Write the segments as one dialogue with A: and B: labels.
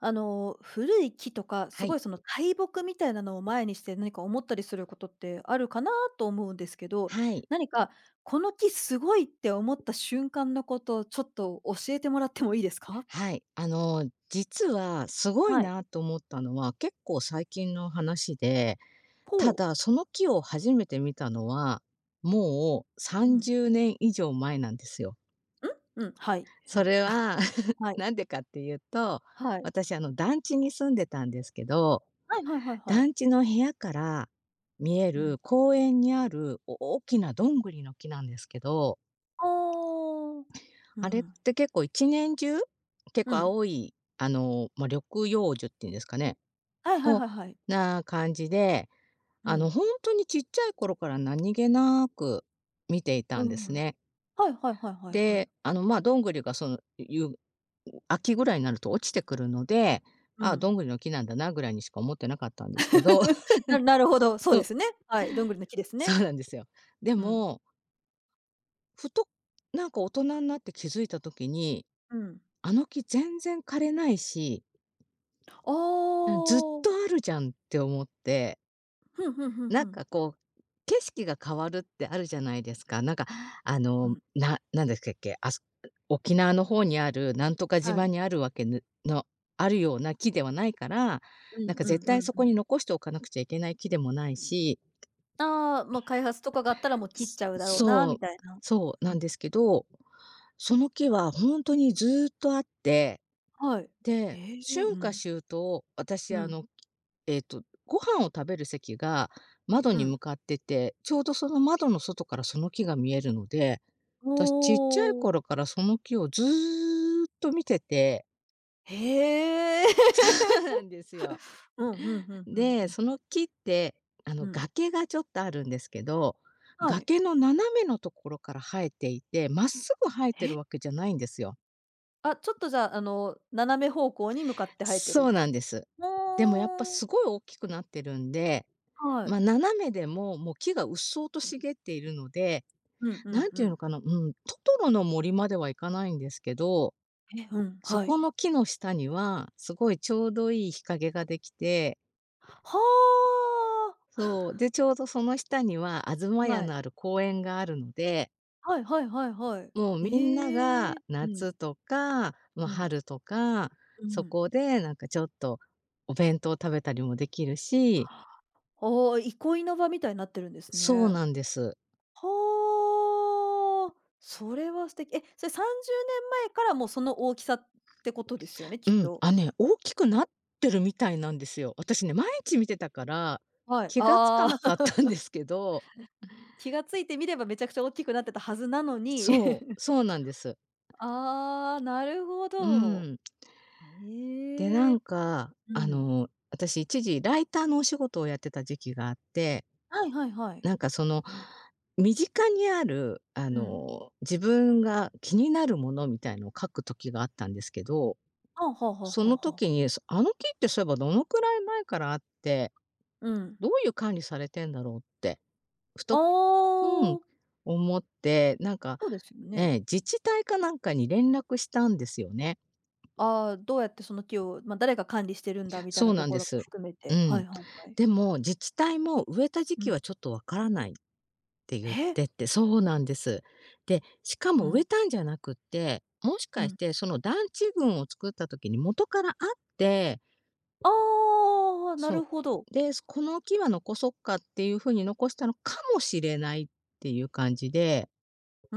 A: 古い木とか、
B: は
A: すご
B: い。
A: いその大木みたいなのを前にして何か思ったりすることってあるかなと思うんですけど、
B: はい。
A: 何かこの木すごいって思った瞬間のことをちょっと教えてもらってもいいですか？
B: はい。実はすごい
A: はい。
B: なと思ったのは、結構最近の話で、た
A: ほう。
B: だその木を初めて見たのは、もう
A: うん。
B: 30年以上前なんですよ。
A: うん、はい。う
B: そ
A: ん。
B: れは
A: はい。
B: なんでかっていうと、
A: はい。
B: 私団地に住んでたんですけど、
A: はいはいはいはい。
B: 団地の部屋から見え
A: うん。
B: る公園にある大きなどんぐりの木なんですけど、
A: ああ。う
B: あれっ
A: ん。
B: て結構一年中、結
A: う
B: 構
A: ん。
B: 青い、緑葉樹っていうんですかね、
A: はいはい
B: を
A: はいはい。
B: な感じで、
A: う
B: あ
A: ん。
B: の、ほんとにちっちゃい頃から何気なく見ていた
A: う
B: ん
A: ん。
B: で
A: う
B: す
A: ん。
B: ね。
A: はいはいはいはいはい。
B: で、どんぐりが秋ぐらいになると落ちてくるので、
A: うん。ああ。うんうん。はいはいはいはい。うんうん。はいはいはいはいはい。う
B: ああ、ど
A: ん。
B: んぐりの木なんだなぐらいにしか思ってなかったんですけど、
A: なるほど、そう
B: そ
A: で
B: う、
A: すね。はい、どんぐりの木です
B: そう
A: ね。
B: なんですよ。で
A: うん。
B: も、ふと、なんか大人になって気づいた時に、
A: うん。
B: あの木全然枯れないし、
A: あ
B: うん、ずっと
A: あ。
B: あるじゃんって思って、
A: ふんふんふん
B: なん
A: ふん。
B: かこう、景色が変わるってあるじゃないですか。なんかあ
A: う
B: の、
A: ん。
B: ななんですっけ、あそ沖縄の方にあるなんとか
A: は
B: 島
A: い。
B: にあるわけぬのあるような木ではないから、
A: う
B: なん
A: ん
B: か
A: う
B: 絶
A: ん
B: 対
A: うん
B: そこ
A: うん。
B: に残しておかなくちゃいけない木でもないし、
A: ああ、ま、開発とかがあったら、もう切っ
B: す
A: ちゃうだろうなみ
B: そ
A: たい
B: う、
A: な。
B: そう
A: う
B: なん
A: ん。
B: ですけど、その木は本当にずっとあって、
A: はい。
B: で、
A: へえ、う
B: 春夏
A: ん。
B: 秋冬、私
A: う
B: あ
A: ん。
B: の、えっと、ご飯を食べる席が窓
A: う
B: に
A: ん。
B: 向かってて、ちょうどその窓の外からその木が見えるので、
A: お
B: 私ちっちゃい
A: お。
B: 頃からその木をずっと見てて、
A: へえ。
B: そうなんですよ。
A: うん、ふんふんふんふ
B: で、
A: ん。
B: その木って、
A: うん。
B: 崖がちょっとあるんですけど、
A: はい。
B: 崖の斜めのところから生えていて、まっすぐ生えてる
A: え、
B: わけじゃないんですよ。
A: あ、ちょっとじゃあ、斜め方向に向かって生えて
B: そ
A: る。
B: うなんです。でもやっぱ
A: ほお。
B: すごい大きくなってるんで、
A: はい。
B: まあ、斜めでも、もう木がうっそうと茂っているので、
A: うんう
B: な
A: ん
B: ん
A: う
B: ていうの
A: ん。
B: かな、うん、トトロの森まではいかないんですけど、
A: え、うん、
B: そ
A: はい。
B: この木の下には、すごいちょうどいい日陰ができて、
A: はあ。
B: そう、で、ちょうどその下にはあずまや
A: はい。
B: のある公園があるので、
A: はいはいはいはい。
B: もうみんな
A: え
B: が
A: え。うん、
B: 夏とか、まあ、
A: うん、
B: 春とか、
A: う
B: そ
A: ん。
B: こでなんかちょっとお弁当を食べたりもできるし、
A: ああ、憩いの場みたいになってるんです
B: そう
A: ね。
B: なんです。
A: はあ、それは素敵。え、それ30年前からもうその大きさってことですよね、
B: う
A: きっ
B: ん、
A: と。
B: あ、ね、大きくなってるみたいなんですよ。私ね、毎日見てたから、
A: はい。
B: 気がつか
A: あ
B: な
A: あ。
B: かっ たんですけど、
A: 気がついてみればめちゃくちゃ大きくなってたはずなのに。
B: そう、そうなんです。
A: ああ、なるほ
B: う
A: ど。
B: ん。で、
A: ええ。うん。
B: 私一時ライターのお仕事をやってた時期があって、
A: はいはいはい。
B: なんかその、身近にある、
A: うん。
B: 自分が気になるものみたいのを書く時があったんですけど、
A: はあはあはあ
B: そ
A: は
B: の
A: あは
B: 時
A: あ。
B: に、あの木ってそういえばどのくらい前からあって、
A: うん。
B: どういう管理されてんだろうってふ
A: あ
B: と、うん、
A: あ、
B: 思って、なんか、
A: そうですよ
B: え
A: ね。
B: え、自治体かなんかに連絡したんですよね。
A: ああ、どうやってその木を、まあ、誰が管理してるんだみたい
B: そ
A: な
B: う
A: と
B: なん
A: こ
B: で
A: ろも
B: す。
A: 含め
B: う
A: て、は
B: ん。
A: いはいはい。
B: でも、自治体も「植えた時
A: う
B: 期
A: ん。
B: はちょっとわからない」って言っ
A: え？
B: てて、そうなんです。で、しか
A: う
B: も植え
A: ん、
B: たんじゃなくって、もし
A: う
B: かし
A: ん。
B: てその団地群を作った時に元からあって、
A: ああ、なる
B: そ
A: ほど。
B: う。で、この木は残そっかっていう風に残したのかもしれないっていう感じで、
A: う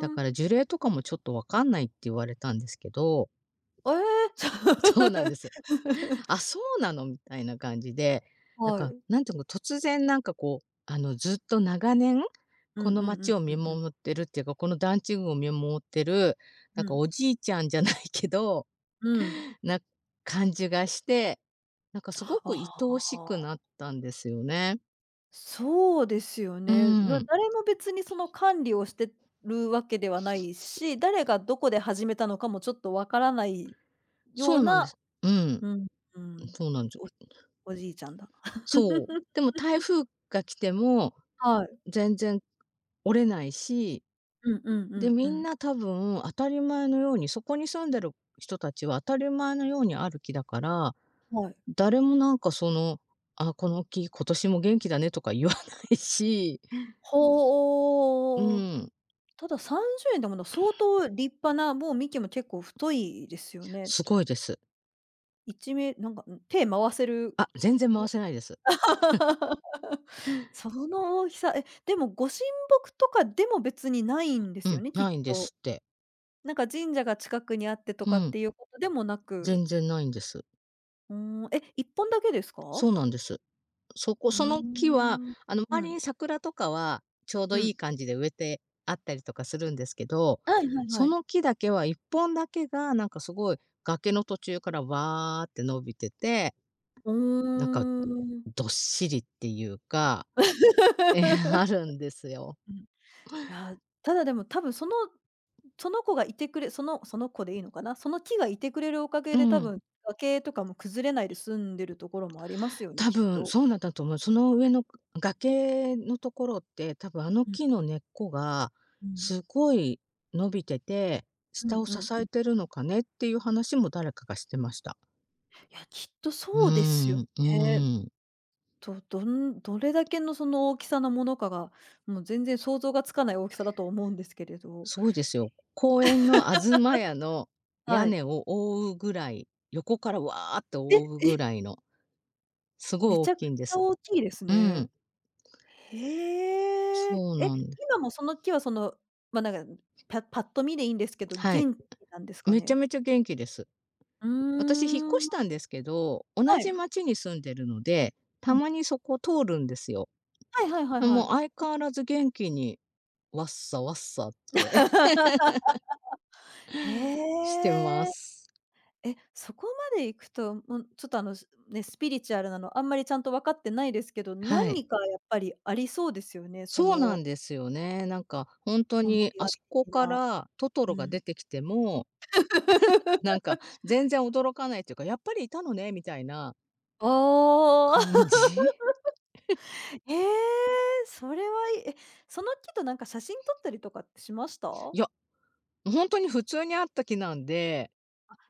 B: だ
A: ん。
B: から樹齢とかもちょっとわかんないって言われたんですけど、
A: ええ。
B: そうなんです。あ、そうなのみたいな感じで、なん
A: は
B: か、
A: い。
B: なんていうの、突然なんかこう、ずっと長年、
A: う
B: こ
A: んう
B: の
A: んう
B: 街
A: ん
B: を
A: う
B: 見
A: んうん。
B: 守ってるっていうか、この団地群を見守ってる、なん
A: う
B: か
A: ん。
B: おじいちゃんじゃないけど、
A: うん。
B: な感じがして、なんかすごく愛
A: あ
B: おしくな
A: あ、
B: ったんですよね。
A: そうですよ
B: うー
A: ね。な
B: ん、
A: 誰も別にその管理をしてるわけではないし、誰がどこで始めたのかもちょっとわからないよ
B: そ
A: う
B: うなんで
A: な。
B: す。うん、
A: うん、うん。
B: そうなんです。
A: おじいちゃんだ。
B: そう。で も台風が来ても、
A: はい。
B: 全然折れないし、
A: うんうんう
B: で、
A: んう
B: みん
A: ん。
B: な多分当たり前のように、そこに住んでる人たちは当たり前のようにある木だから、
A: はい。
B: 誰もなんかその、あ、この木、今年も元気だねとか言わないし、う
A: ほお。
B: ん、
A: ただ30円でもの相当立派な、もう幹も結構太いですよね。
B: すごいです。
A: 1名なんか、手回せる
B: あ、全然回
A: お。
B: せないです。
A: その大きさ、え、でもご神木とかでも別にないんで
B: う
A: すよ
B: ん、
A: ね、き
B: な
A: っ
B: いんです
A: と。
B: って。
A: なんか神社が近くにあってと
B: う
A: かっ
B: ん、
A: ていうことでもなく。
B: 全然ないんです。
A: うーん、え、1本だけですか？
B: そうなんです。そこ
A: うー
B: その木は、
A: ん。う
B: 周り
A: ん、
B: に桜とかはちょうど
A: う
B: いい
A: ん。
B: 感じで植えてあったりとかするんですけど、
A: はいはいは
B: そ
A: い。
B: の木だけは1本だけが、なんかすごい崖の途中からわーって伸びてて、
A: う
B: なんか
A: ーん。
B: どっしりっていうか、え、あ るんですよ。
A: うん。いや、ただでも多分、その子がいてくれ、その子でいいのかな、その木がいてくれるおかげ
B: う
A: で多
B: ん。
A: 分、崖とかも崩れないで済んでるところもありますよね、
B: 多
A: きっ
B: 分
A: と。
B: そうなんだと思う。その上の崖のところって、多分あの
A: うん
B: 木の根っこが
A: うん。
B: すごい伸びてて、
A: う
B: 下
A: ん
B: を
A: う
B: 支
A: んう
B: え
A: ん。
B: てるのかねっていう話も誰かがしてました。
A: いや、きっと
B: うー
A: そうですよ
B: ん、う
A: ね。
B: ーん。
A: どれだけのその大きさのものかが、もう全然想像がつかない大きさだと思うんですけれど。
B: すごいですよ。公園のあずまやの屋
A: はい。
B: 根を覆うぐらい、横からわーって覆
A: え、
B: うぐらいの、すごい
A: め
B: 大
A: ちゃく
B: きいんで
A: ちゃ
B: す。
A: 大きいです
B: う
A: ね。
B: ん、
A: へえ。
B: そう
A: え、
B: なんです。
A: 今もその木はその、ま、なんか、パッと見でいいんですけど、
B: はい。
A: 元気なんですか
B: めちゃ
A: ね？
B: めちゃ元気です。
A: うー
B: 私、引っ越し
A: ん、
B: たんですけど、同
A: は
B: じ
A: い。
B: 町に住んでるので、た
A: うん。
B: まにそこ通るんですよ。
A: はいはいはいは
B: もう
A: い。
B: 相変わらず元気に、わっさわっさって してま
A: へえ。
B: す。
A: え、そこまで行くと、もうちょっとスピリチュアルなのあんまりちゃんと分かってないですけど、
B: はい。
A: 何かやっぱりありそうですよね、そ
B: そうなん
A: の
B: ですよね。なんか、本当
A: 守
B: に、
A: り
B: あ
A: 神
B: そこ
A: 的
B: か
A: な。
B: らトトロ
A: う
B: が
A: ん。
B: 出てきても、なんか、全然驚かないというか、やっぱりいたのね、みたいな
A: おお。
B: 感じ。
A: ええ、それは、いいえ、その木となんか写真撮ったりとかってしました？あ、
B: いや、本当に普通にあった木なんで、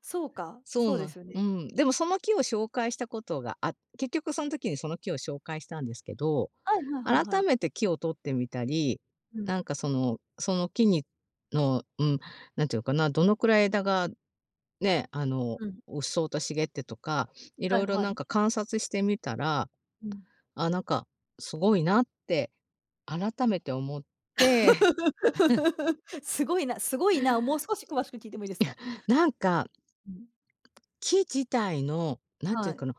A: そうか、
B: そ
A: そ
B: う
A: うで
B: な
A: すよ
B: う
A: ね。
B: ん。でもその木を紹介したことが結局その時にその木を紹介したんですけど、
A: はいはいはいは
B: 改
A: い。
B: めて木を取ってみたり、
A: うん、
B: その木にの、うん、なんていうのかな、どのくらい枝がね、あの、
A: うん。
B: うっそうと茂ってとか、い
A: は
B: ろ
A: い
B: いろ
A: はい
B: な
A: は
B: んか
A: い。
B: 観察してみたら、
A: うん。
B: あ、なんかすごいなって改めて思って、
A: すごいな、すごいな、もう少し詳しく聞いてもいいですか？
B: なんか
A: うん。
B: 木自体の、なんていう
A: はい。
B: かな、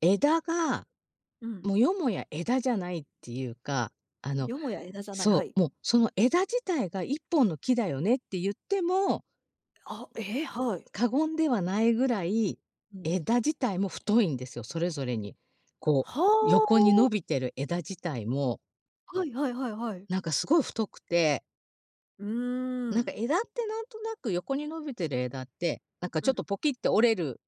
B: 枝が
A: うん。
B: もよもや枝じゃないっていうか、あの、
A: よもや枝じゃない、は
B: そ
A: い。
B: う、もうその枝自体が一本の木だよねって言っても、
A: あ、ええ、はい。
B: 過言ではないぐらい、
A: うん。
B: 枝自体も太いんですよ、それぞれに。こう、
A: は
B: 横に伸び
A: あ。
B: てる枝自体も、
A: はいはいはいはい。
B: なんかすごい太くて、
A: うー
B: なんか
A: ん。
B: 枝ってなんとなく横に伸びてる枝って、なんか
A: う
B: ちょっ
A: ん。
B: とポキって折れる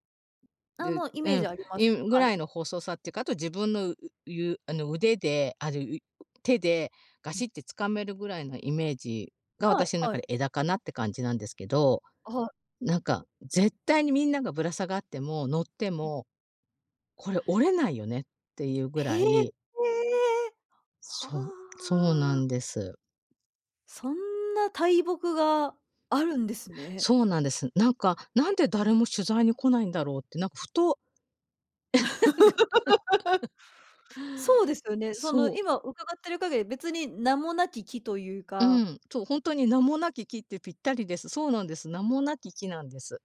A: あ、
B: で
A: もうイ
B: う
A: メー
B: ん、
A: ジありま
B: い
A: す。
B: ぐ
A: は
B: ら
A: い。
B: いの細さっていうか、あと自分の、うゆあの、腕で、ある、う手でガ
A: う
B: シ
A: ん。
B: って掴めるぐらいのイメージが
A: はい
B: 私の
A: は
B: 中
A: い。
B: で枝かなって感じなんですけど、
A: あ、
B: なんか絶対にみんながぶら下がっても乗っても、これ折れないよねっていうぐら
A: へえ。
B: い、そう
A: は
B: そうな
A: あ、
B: んです。
A: そんな大木があるんですね。
B: そうなんです。なんか、なんで
A: う
B: 誰
A: ん。
B: も取材に来ないんだろうって、なんかふと、なんか
A: そうですよね。そ
B: そ
A: の
B: う、
A: 今伺ってる限り、別に名もなき木という
B: う
A: か、
B: ん、そう、本当に名もなき木ってぴったりです。そうなんです。名もなき木なんです。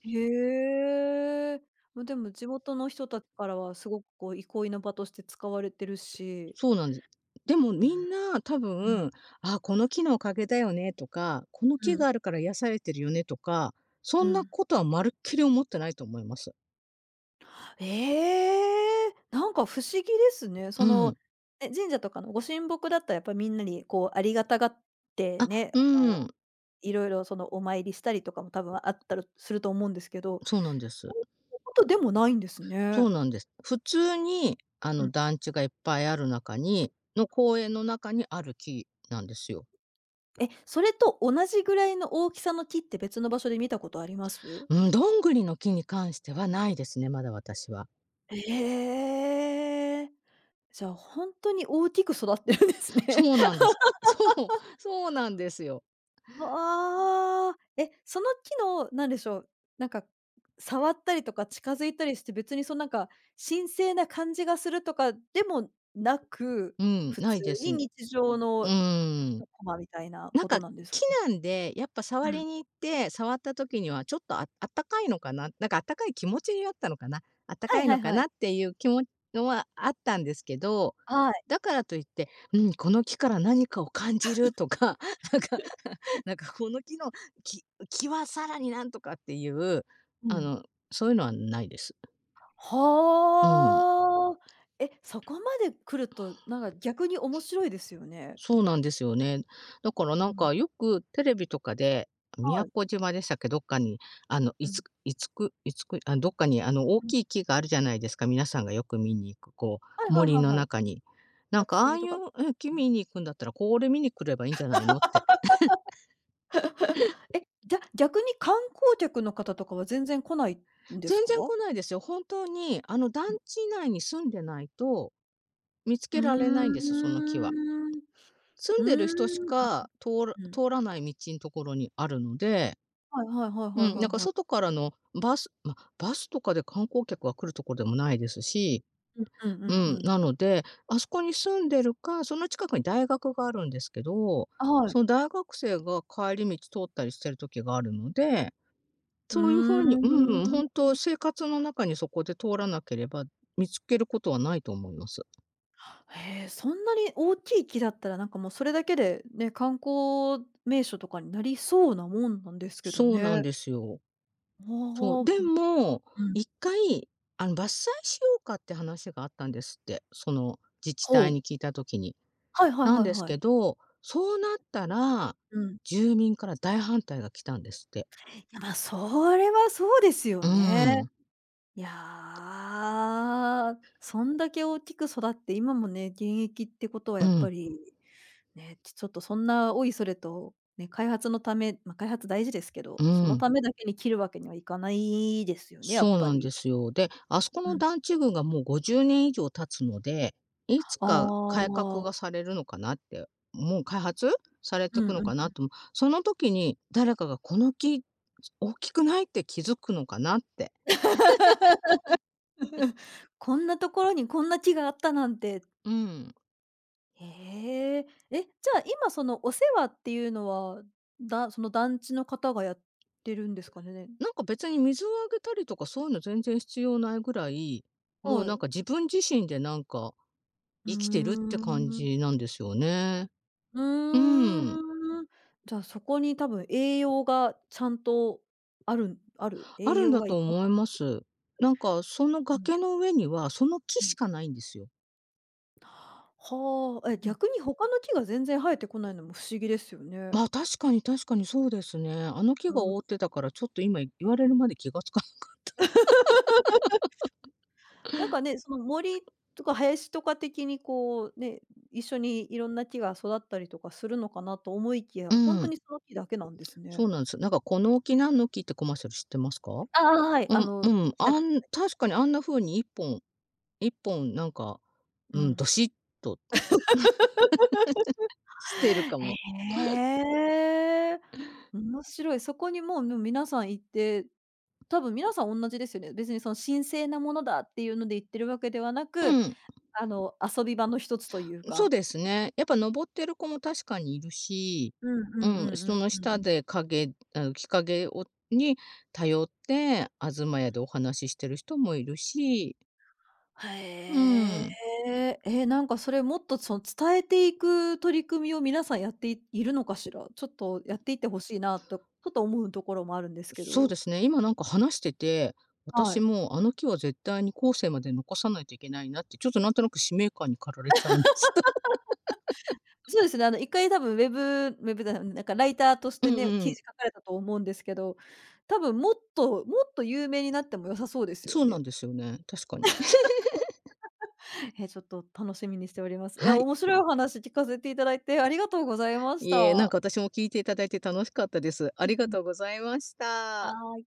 A: へえ。ま、でも地元の人たちからはすごくこう憩いの場として使われてるし。
B: そうなんです。でも
A: う
B: みん
A: ん、
B: な多
A: うん。
B: 分、「あ、この木のおかげだよね」とか、「この
A: う
B: 木
A: ん、
B: があるから癒されてるよね」とか、そ
A: う
B: んな
A: ん。
B: ことはまるっきり思ってないと思います。
A: ええ、なんか不思議ですね。
B: う
A: その、
B: ん。
A: ね、神社とかのご神木だったらやっぱみんなにこうありがたがって
B: あ、
A: ね、
B: うん、
A: いろいろそのお参りしたりとかも多分あったるすると思うんですけど、
B: そうなんで
A: そ
B: す。
A: ういうことでもないんです
B: そ
A: ね。
B: うなんです。普通に、
A: うん。
B: 団地がいっぱいある中にの公園の中にある木なんですよ。
A: え、それと同じぐらいの大きさの木って別の場所で見たことあります？
B: うん、どんぐりの木に関してはないですね、まだ私は。
A: ええ。じゃあ、ほんとに大きく育ってるんですね。
B: そうなんです。そう、そうなんですよ。
A: ああ、え、その木の、なんでしょう、なんか、触ったりとか近づいたりして、別にそのなんか、神聖な感じがするとかでもなく、
B: うん、
A: 普
B: ない
A: 通
B: です。
A: に日常の
B: うん。
A: 一コマみたいな
B: なん
A: こと
B: か、
A: なんですか
B: 木
A: ね？
B: なんで、やっぱ触
A: う
B: り
A: ん。
B: に行って、触った時にはちょっと、あったかいのかな、なんかあったかい気持ちになったのかな、あった
A: は
B: か
A: い
B: い
A: は
B: の
A: い
B: か
A: は
B: な
A: い。
B: っていう気ものはあったんですけど、
A: はい。
B: だからといって、うん、この木から何かを感じるとか、なんかなんかこの木の、木、木はさらになんとかっていう、
A: う
B: あ
A: ん。
B: の、そういうのはないです。うん。
A: はあ。え、そこまで来ると、なんか逆に面白いですよね。
B: そうなんですよね。だから
A: う
B: なん
A: ん。
B: かよくテレビとかで、
A: は
B: 宮
A: い。
B: 古島でしたっけ、どっかに、あの、い
A: う
B: つ
A: ん。
B: いつくいつくあ、どっかにあの大きい 木があるじゃないですか、皆さんがよく見に行く、こ
A: は
B: う、
A: いはい
B: 森
A: はい
B: の
A: はい。
B: 中に。なん
A: 屋
B: か
A: 久
B: ああ
A: 杉
B: い
A: と
B: う、
A: か。
B: うん、木
A: うん。
B: 見に行くんだったら、これ見に来ればいいんじゃないのって。
A: え、じゃ、逆に観光客の方とかは全然来ないんです
B: 全
A: か？
B: 然来ないですよ。本当にあの団
A: うん。
B: 地内に住んでないと、見つ
A: う
B: け
A: ー
B: られないんです、その木は。
A: ん。
B: 住ん
A: う
B: でる人し
A: ーん、
B: か通ら
A: うん。
B: 通らない道んところにあるので、
A: はいはいはい
B: う
A: はい
B: ん、
A: は
B: なん
A: い
B: か
A: はい。
B: 外からのバスとかで観光客が来るところでもないですし、
A: うんう
B: う
A: ん
B: ん、
A: うん。
B: なので、あそこに住んでるか、その近くに大学があるんですけど、
A: あ、はい。
B: その大学生が帰り道通ったりしてる時があるので、
A: う
B: そういう
A: ー
B: 風に、うん、本
A: ん。
B: 当生活の中にそこで通らなければ、見つけることはないと思います。
A: へえ、そんなに大きい木だったら、なんかもうそれだけでね、観光名所とかになりそうなもんなんですけど
B: そうなん
A: ね。
B: ですよ。
A: あ
B: そう、
A: あ、うん
B: でも、
A: うん。
B: 一回あの伐採しようかって話があったんですって、その自治
A: ほ
B: 体
A: う。
B: に聞いた時に。
A: はいはい
B: なん
A: はい
B: です
A: はい。
B: けど、そうなったら、
A: うん。い
B: 住民から大反対が来たんですって。
A: や、ま、それはそうです
B: う
A: よね。
B: ん、
A: いやー、そんだけ大きく育って、今もね、現役ってことは
B: う
A: やっぱ
B: ん、
A: り、ね、ちょっとそんなおいそれと、ね、開発のためまあ、開発大事ですけ
B: う
A: ど、その
B: ん。
A: ためだけに切るわけにはいかないですよね、やっ
B: そう
A: ぱ
B: なんで
A: り。
B: すよ。で、あそこの
A: うん。
B: 団地群がもう50年以上経つので、いつ
A: ああ、
B: か改革がされるのかなって、もう開発されて
A: う
B: く
A: ん
B: の
A: う
B: かな
A: ん。
B: と思う。その時に誰かがこの木、大きくないって気づくのかなって。
A: こんなところにこんな木があったなんて、
B: うん。
A: へえ。え、じゃあ今そのお世話っていうのは、その団地の方がやってるんですかね？
B: なんか別に水をあげたりとかそういうの全然必要ないぐらい、も
A: は
B: うなん
A: い。
B: か自分自身でなんか
A: ふー
B: 生きてるって感
A: ん。
B: じなんですよね。
A: う
B: うん、
A: ーん。じゃあ、そこに多分栄養がちゃんとある、
B: あ
A: 栄
B: るん
A: 養
B: だ
A: が
B: と
A: 行き
B: 思
A: 渡
B: い
A: っ
B: ま
A: て。
B: す。なんかその
A: うん
B: 崖の上には、その木
A: う
B: し
A: ん。
B: かないんですよ。
A: はあ、え、
B: うん。
A: 逆に他の木が全然生えてこないのも不思議ですよね。
B: まあ、確かにそうですね。あの木
A: う
B: が
A: ん。
B: 覆ってたから、ちょっと今言われるまで気がつか
A: なんかね、その森とか林とか的にこうね、一緒にいろんな木が育ったりとかするのかなと思いきや、
B: う
A: ほんと
B: ん、
A: にその木だけなんです
B: そ
A: ね。
B: うなんです。なんか「この木何の木」ってコマーシャル知ってますか？
A: ああ、はい、
B: う
A: あ
B: ん、う
A: の、
B: ん、
A: 日立でした。
B: 確かにあんな風に一本一本なんか、
A: う
B: うん、ど
A: ん。
B: しっとしてるかも。
A: へえ、面白い。そこにもう、皆さん行って、多分皆さんおんなじですよね。別にその神聖なものだっていうので行ってるわけではな
B: う
A: く、
B: ん。
A: 遊び場の一つという
B: そう
A: か。
B: ですね。やっぱ登ってる子も確かにいるし、
A: うん
B: う
A: うんう
B: ん、
A: んう
B: そ
A: ん
B: の
A: うんう
B: 下
A: ん。
B: であの、木陰をに頼って、あずまやでお話ししてる人もいるし、う
A: へ
B: ん、
A: え。え、なんかそれもっとその伝えていく取り組みを皆さんやっていいるのかしら？ちょっとやっていって欲しいなと、ちょっと思うところもあるんですけ
B: そう
A: ど。
B: ですね、今なんか話してて、
A: は
B: 私
A: い。
B: もあの木は絶対に後世まで残さないといけないなって、ちょっとなんとなく使命感に駆られちゃいました。
A: そうですね、一回多分、ウェブなんかライターとし
B: うん
A: てね、
B: う
A: 記
B: ん。
A: 事書かれたと思うんですけど、多分もっともっと有名になっても良さそうですよ
B: そうなん
A: ね。
B: ですよね、確かに。
A: え、ちょっと楽しみにしております。い
B: は
A: や、
B: い。
A: 面白いお話聞かせていただいてありがとうございまし
B: いえ、なんか
A: た。
B: 私も聞いていただいて楽しかったです。あ
A: うん
B: りが
A: うん。
B: とうございまし
A: は
B: た。
A: い。